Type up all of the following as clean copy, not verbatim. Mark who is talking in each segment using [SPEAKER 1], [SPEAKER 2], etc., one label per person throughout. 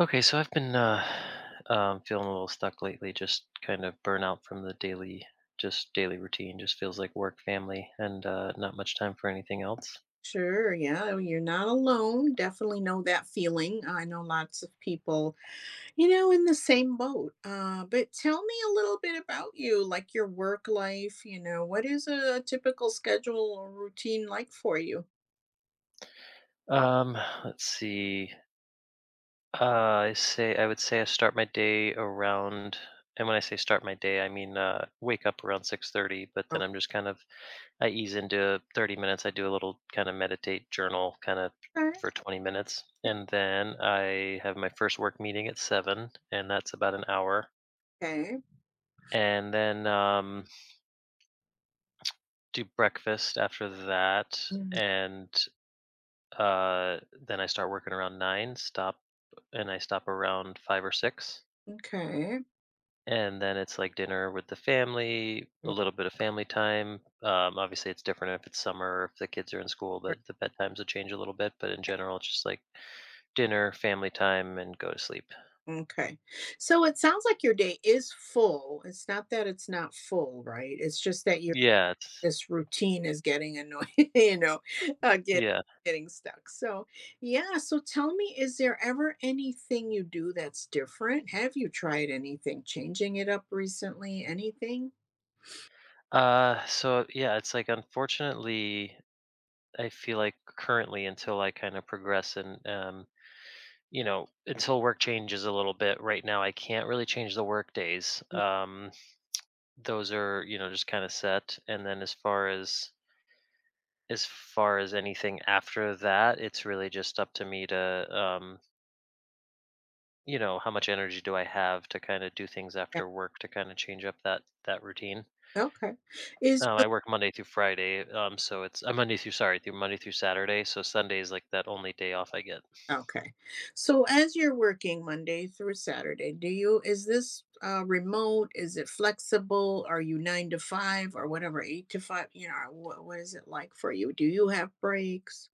[SPEAKER 1] Okay, so I've been feeling a little stuck lately. Just kind of burnout from the daily routine. Just feels like work, family, and not much time for anything else.
[SPEAKER 2] Sure, yeah, you're not alone. Definitely know that feeling. I know lots of people, in the same boat. But tell me a little bit about you, like your work life, you know, what is a typical schedule or routine like for you?
[SPEAKER 1] Um, let's see. I would say I start my day around, and when I say start my day, I mean wake up around 6:30. But then I'm just kind of I ease into 30 minutes. I do a little kind of meditate, journal, kind of
[SPEAKER 2] Okay.
[SPEAKER 1] for 20 minutes, and then I have my first work meeting at 7, and that's about an hour.
[SPEAKER 2] Okay.
[SPEAKER 1] And then do breakfast after that,
[SPEAKER 2] Mhm.
[SPEAKER 1] and uh, then I start working around 9. And I stop around 5 or 6,
[SPEAKER 2] Okay.
[SPEAKER 1] and then it's like dinner with the family, a
[SPEAKER 2] Right,
[SPEAKER 1] little bit of family time. Obviously, it's different if it's summer or if the kids are in school, but
[SPEAKER 2] right,
[SPEAKER 1] the bedtimes will change a little bit. But in general, it's just like dinner, family time, and go to sleep.
[SPEAKER 2] okay. So it sounds like your day is full. It's not that it's not full, right? It's just that you're.
[SPEAKER 1] Yeah, it's
[SPEAKER 2] This routine is getting annoying, you know, uh, get,
[SPEAKER 1] yeah.
[SPEAKER 2] getting stuck. So, yeah. So, tell me, is there ever anything you do that's different? Have you tried anything, changing it up recently? Anything?
[SPEAKER 1] So yeah, it's like, unfortunately, I feel like currently until I kind of progress, and you know, until work changes a little bit. Right now, I can't really change the work days.
[SPEAKER 2] Mm,
[SPEAKER 1] Those are, you know, just kind of set. And then as far as anything after that, it's really just up to me to, you know, how much energy do I have to kind of do things
[SPEAKER 2] yeah,
[SPEAKER 1] after work to kind of change up that routine.
[SPEAKER 2] okay. Is
[SPEAKER 1] I
[SPEAKER 2] your-
[SPEAKER 1] work Monday through Friday, so it's Monday through Saturday. So Sunday is like that only day off I get.
[SPEAKER 2] okay. So, as you're working Monday through Saturday, do you, is this remote? Is it flexible? Are you nine to five or whatever, eight to five? You know, what is it like for you? Do you have breaks?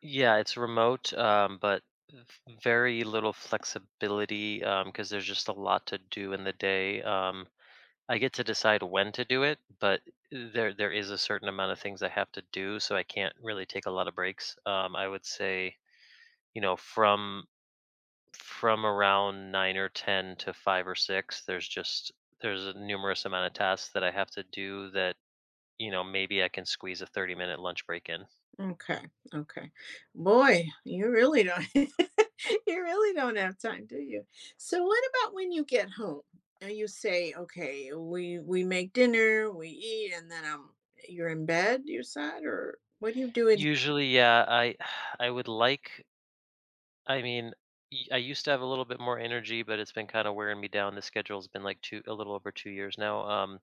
[SPEAKER 1] Yeah, it's remote, but v- very little flexibility because there's just a lot to do in the day. I get to decide when to do it, but there is a certain amount of things I have to do, so I can't really take a lot of breaks. I would say, you know, from around 9 or 10 to 5 or 6, there's a numerous amount of tasks that I have to do that, you know, maybe I can squeeze a 30-minute lunch break in.
[SPEAKER 2] Okay, okay. Boy, you really don't you really don't have time, do you? So what about when you get home and you say, "Okay, we make dinner, we eat, and then I'm."" You're in bed, you said, or what do you do in?
[SPEAKER 1] Usually, yeah, I I would like I mean, I used to have a little bit more energy, but it's been kind of wearing me down. The schedule's been like a little over 2 years now.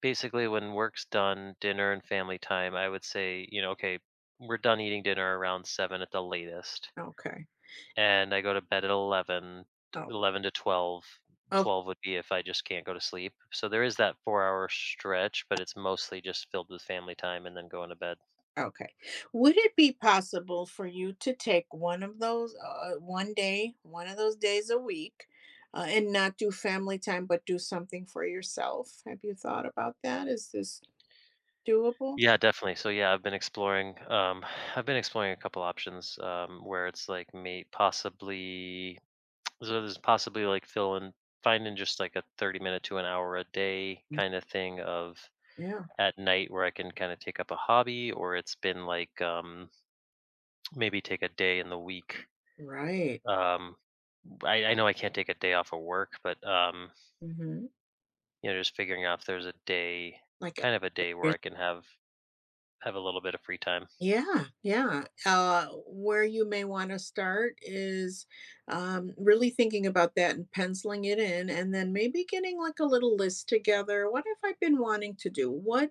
[SPEAKER 1] Basically, when work's done, dinner and family time, I would say, you know, okay, we're done eating dinner around 7 at the latest,
[SPEAKER 2] Okay.
[SPEAKER 1] and I go to bed at 11, t-
[SPEAKER 2] Oh,
[SPEAKER 1] 11 to 12.
[SPEAKER 2] oh,
[SPEAKER 1] 12 would be if I just can't go to sleep. So there is that 4-hour stretch, but it's mostly just filled with family time and then going to bed.
[SPEAKER 2] okay. Would it be possible for you to take one of those, one day, one of those days a week, and not do family time, but do something for yourself? Have you thought about that? Is this doable?
[SPEAKER 1] Yeah, definitely. So yeah, I've been exploring. I've been exploring a couple options, where it's like, may possibly, so there's possibly like filling finding just like a 30-minute to an hour a day
[SPEAKER 2] Mm,
[SPEAKER 1] kind of thing of
[SPEAKER 2] yeah,
[SPEAKER 1] at night where I can kind of take up a hobby, or it's been like, maybe take a day in the week.
[SPEAKER 2] right.
[SPEAKER 1] Um, I know I can't take a day off of work, but
[SPEAKER 2] Mhm.
[SPEAKER 1] you know, just figuring out if there's a day,
[SPEAKER 2] Like,
[SPEAKER 1] kind of a day where
[SPEAKER 2] e
[SPEAKER 1] I can have a little bit of free time.
[SPEAKER 2] Yeah, yeah. Where you may want to start is really thinking about that and penciling it in, and then maybe getting like a little list together. What have I been wanting to do?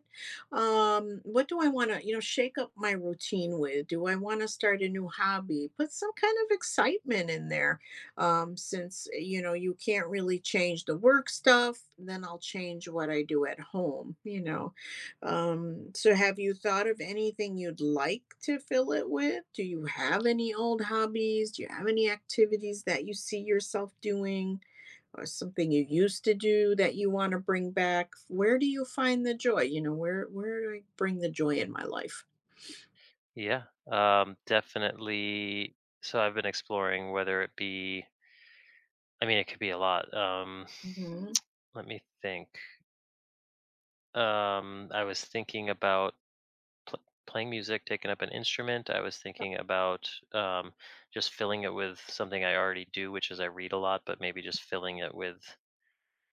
[SPEAKER 2] What do I want to, you know, shake up my routine with? Do I want to start a new hobby? Put some kind of excitement in there, since you know you can't really change the work stuff. Then I'll change what I do at home. You know, so have you thought of anything you'd like to fill it with? Do you have any old hobbies? Do you have any activities that you see yourself doing or something you used to do that you want to bring back? Where do you find the joy? You know, where do I bring the joy in my life?
[SPEAKER 1] Yeah, definitely. So I've been exploring whether it be, I mean, it could be a lot.
[SPEAKER 2] Mhm.
[SPEAKER 1] Let me think. I was thinking about pl- playing music, taking up an instrument. I was thinking about, just filling it with something I already do, which is I read a lot, but maybe just filling it with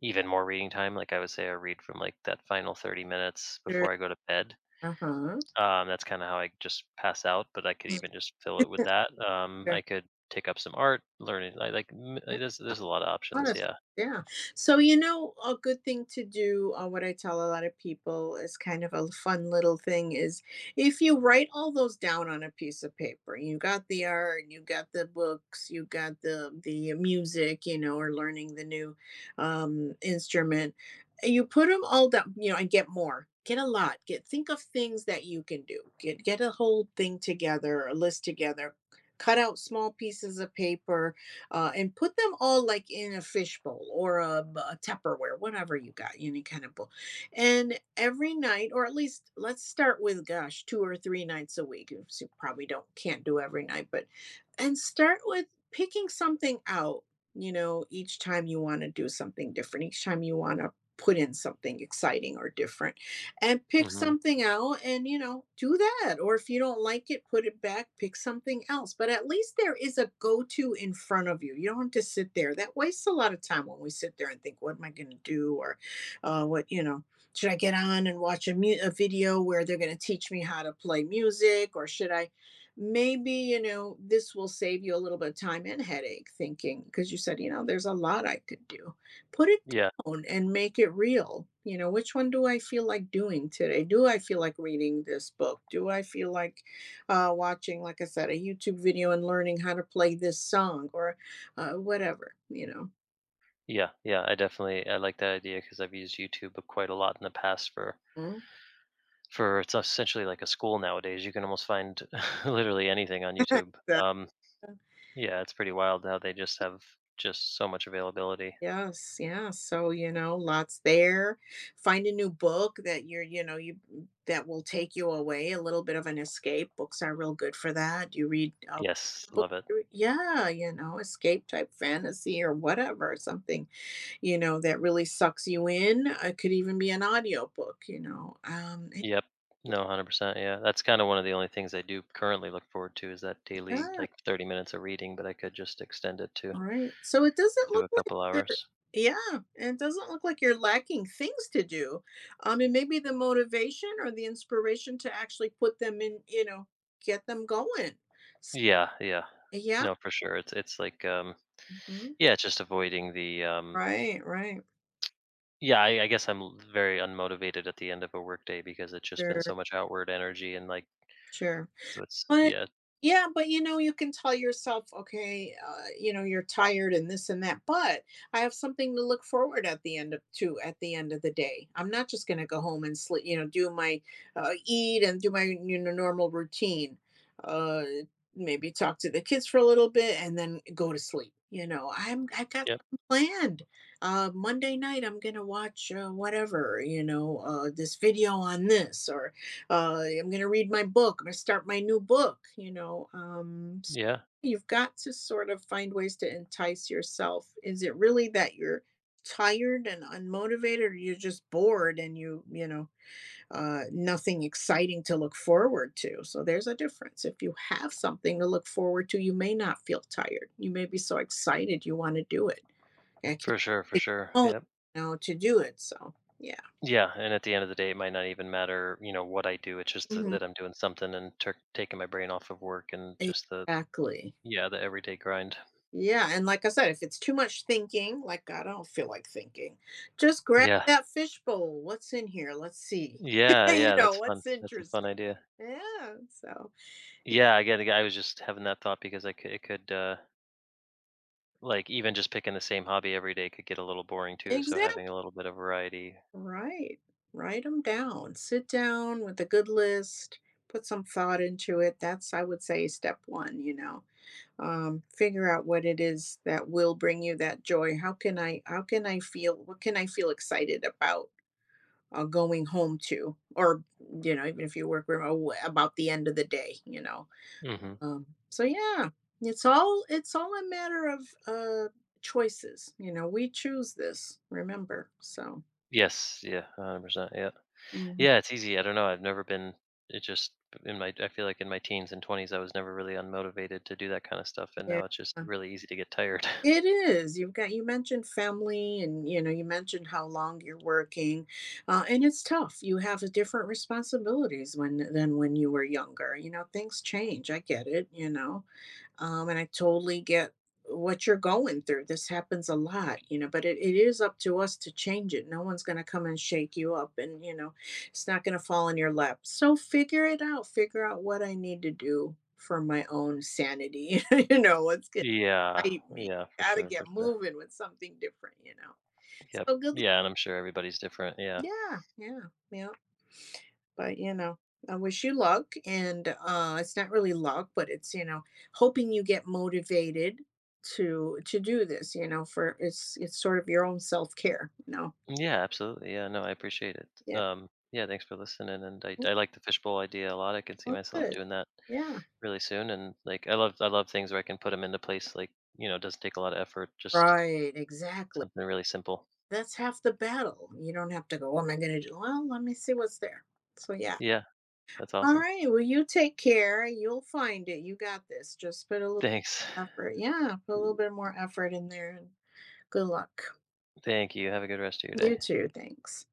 [SPEAKER 1] even more reading time. Like, I would say, I read from like that final 30 minutes
[SPEAKER 2] Sure.
[SPEAKER 1] before I go to bed.
[SPEAKER 2] Uh-huh.
[SPEAKER 1] That's kinda how I just pass out, but I could
[SPEAKER 2] Mm.
[SPEAKER 1] even just fill it with that. I could take up some art, learning, I like m I-
[SPEAKER 2] Yeah.
[SPEAKER 1] there's a lot of options,
[SPEAKER 2] lot
[SPEAKER 1] yeah.
[SPEAKER 2] yeah. So, you know, a good thing to do, what I tell a lot of people is kind of a fun little thing is if you write all those down on a piece of paper, you got the art, you got the books, you got the music, you know, or learning the new instrument, you put them all down, you know, and get more. Get a lot. Get think of things that you can do. Get a whole thing together, a list together. Cut out small pieces of paper and put them all like in a fishbowl or a Tupperware, whatever you got, any kind of bowl. And every night, or at least let's start with, gosh, two or three nights a week. Oops, you probably don't can't do every night, but and start with picking something out. You know, each time you want to do something different, each time you want to put in something exciting or different and pick
[SPEAKER 1] Mhm.
[SPEAKER 2] something out and you know do that, or if you don't like it put it back, pick something else, but at least there is a go-to in front of you. You don't have to sit there. That wastes a lot of time when we sit there and think, what am I going to do? Or what, you know, should I get on and watch a video where they're going to teach me how to play music, or should I maybe, you know, this will save you a little bit of time and headache thinking, because you said, you know, there's a lot I could do. Put it
[SPEAKER 1] Yeah,
[SPEAKER 2] phone and make it real. You know, which one do I feel like doing today? Do I feel like reading this book? Do I feel like watching, like I said, a YouTube video and learning how to play this song, or whatever, you know?
[SPEAKER 1] yeah, yeah, I like that idea because 'cause I've used YouTube quite a lot in the past for
[SPEAKER 2] Mhm.
[SPEAKER 1] it's essentially like a school nowadays. You can almost find literally anything on
[SPEAKER 2] Exact-
[SPEAKER 1] YouTube. Yeah, it's pretty wild how they just have just so much availability.
[SPEAKER 2] Yes, yeah. So, you know, lots there. Find a new book that you're, you know, you mm, that will take you away, a little bit of an escape. Books are real good for that. You read a
[SPEAKER 1] Yes,
[SPEAKER 2] book,
[SPEAKER 1] love it.
[SPEAKER 2] yeah, you know, escape type fantasy or whatever, something, you know, that really sucks you in. It could even be an audiobook, you know.
[SPEAKER 1] Yep. No, 100%, yeah. That's kinda one of the only things I do currently look forward to is that daily,
[SPEAKER 2] Yeah,
[SPEAKER 1] like, 30 minutes of reading, but I could just extend it to
[SPEAKER 2] all right. So it doesn't
[SPEAKER 1] to
[SPEAKER 2] look
[SPEAKER 1] a
[SPEAKER 2] like
[SPEAKER 1] couple
[SPEAKER 2] you're,
[SPEAKER 1] hours.
[SPEAKER 2] yeah, and it doesn't look like you're lacking things to do. And maybe the motivation or the inspiration to actually put them in, you know, get them going. S-
[SPEAKER 1] Yeah, yeah.
[SPEAKER 2] Yeah.
[SPEAKER 1] No, for sure. It's like,
[SPEAKER 2] Mhm,
[SPEAKER 1] yeah, it's just avoiding the,
[SPEAKER 2] right, right.
[SPEAKER 1] yeah, I guess I'm l very unmotivated at the end of a workday because it's just been
[SPEAKER 2] Sure,
[SPEAKER 1] so much outward energy and, like,
[SPEAKER 2] sure.
[SPEAKER 1] so it's
[SPEAKER 2] But
[SPEAKER 1] yeah,
[SPEAKER 2] yeah, but you know, you can tell yourself, okay, you know, you're tired and this and that, but I have something to look forward at the end of to at the end of the day. I'm not just going to go home and sleep, you know, do my eat and do my you know normal routine. Uh, maybe talk to the kids for a little bit and then go to sleep. You know, I've got
[SPEAKER 1] yep,
[SPEAKER 2] something planned. Monday night, I'm gonna watch whatever. You know, this video on this, or I'm going to read my book. I'm going to start my new book. You know, so
[SPEAKER 1] yeah.
[SPEAKER 2] you've got to sort of find ways to entice yourself. Is it really that you're tired and unmotivated, or you're just bored and you know, nothing exciting to look forward to? So there's a difference. If you have something to look forward to, you may not feel tired. You may be so excited you want to do it. I can't
[SPEAKER 1] For
[SPEAKER 2] think
[SPEAKER 1] sure,
[SPEAKER 2] home
[SPEAKER 1] yep.
[SPEAKER 2] now to do it. So yeah,
[SPEAKER 1] Yeah, and at the end of the day, it might not even matter, you know, what I do. It's just that,
[SPEAKER 2] mhm,
[SPEAKER 1] that I'm doing something and tur taking my brain off of work and just the,
[SPEAKER 2] exactly.
[SPEAKER 1] yeah, the everyday grind.
[SPEAKER 2] Yeah, and like I said, if it's too much thinking, like, I don't feel like thinking, just grab
[SPEAKER 1] Yeah,
[SPEAKER 2] that fishbowl. What's in here? Let's see.
[SPEAKER 1] yeah,
[SPEAKER 2] You
[SPEAKER 1] yeah.
[SPEAKER 2] know,
[SPEAKER 1] That's fun.
[SPEAKER 2] what's
[SPEAKER 1] That's a fun
[SPEAKER 2] interesting.
[SPEAKER 1] idea.
[SPEAKER 2] Yeah, so
[SPEAKER 1] Yeah, I get. I was just having that thought because I could, it could, like, even just picking the same hobby every day could get a little boring too. So
[SPEAKER 2] exactly
[SPEAKER 1] having a little bit of variety.
[SPEAKER 2] right. Write them down. Sit down with a good list, put some thought into it. That's, I would say, step 1, you know. Um, figure out what it is that will bring you that joy. How can I feel, what can I feel excited about? Going home to, or you know, even if you work remote, about the end of the day, you know.
[SPEAKER 1] Hmm.
[SPEAKER 2] So yeah, it's all a matter of choices. You know, we choose this. Remember, so
[SPEAKER 1] Yes. Yeah. 100%. Yeah.
[SPEAKER 2] mhm,
[SPEAKER 1] Yeah, it's easy. I don't know. I've never been it just in my I feel like in my teens and 20s, I was never really unmotivated to do that kind of stuff, and
[SPEAKER 2] yeah,
[SPEAKER 1] now it's just really easy to get tired.
[SPEAKER 2] it is. You've got, you mentioned family, and you know, you mentioned how long you're working, and it's tough. You have a different responsibilities when than when you were younger. You know, things change. I get it. You know, and I totally get what you're going through. This happens a lot, you know, but it is up to us to change it. No one's going to come and shake you up and, you know, it's not going to fall in your lap. So figure it out. Figure out what I need to do for my own sanity. You know, what's going to
[SPEAKER 1] Yeah,
[SPEAKER 2] excite me.
[SPEAKER 1] yeah, for
[SPEAKER 2] Got to
[SPEAKER 1] sure, for
[SPEAKER 2] get
[SPEAKER 1] sure.
[SPEAKER 2] moving with something different, you know.
[SPEAKER 1] Yep.
[SPEAKER 2] So good. Luck.
[SPEAKER 1] Yeah, and I'm sure everybody's different. Yeah.
[SPEAKER 2] Yeah. Yeah. Yeah. But, you know, I wish you luck, and, it's not really luck, but it's, you know, hoping you get motivated to do this, you know, for it's sort of your own self-care, you know?
[SPEAKER 1] Yeah, absolutely. Yeah, no, I appreciate it.
[SPEAKER 2] Yeah.
[SPEAKER 1] Yeah, thanks for listening. And I like the fishbowl idea a lot. I can see
[SPEAKER 2] Well,
[SPEAKER 1] myself
[SPEAKER 2] good.
[SPEAKER 1] doing that
[SPEAKER 2] Yeah.
[SPEAKER 1] really soon. And like, I love things where I can put them into place. Like, you know, it doesn't take a lot of effort, just
[SPEAKER 2] Right, exactly.
[SPEAKER 1] something really simple.
[SPEAKER 2] That's half the battle. You don't have to go, "What am I gonna do?" "Well, let me see what's there." So, yeah.
[SPEAKER 1] Yeah, that's awesome.
[SPEAKER 2] Alright, well, you take care, you'll find it, you got this, just put a little
[SPEAKER 1] Thanks.
[SPEAKER 2] effort, yeah, put a little bit more effort in there, and good luck.
[SPEAKER 1] Thank you. Have a good rest of your day.
[SPEAKER 2] You too, thanks.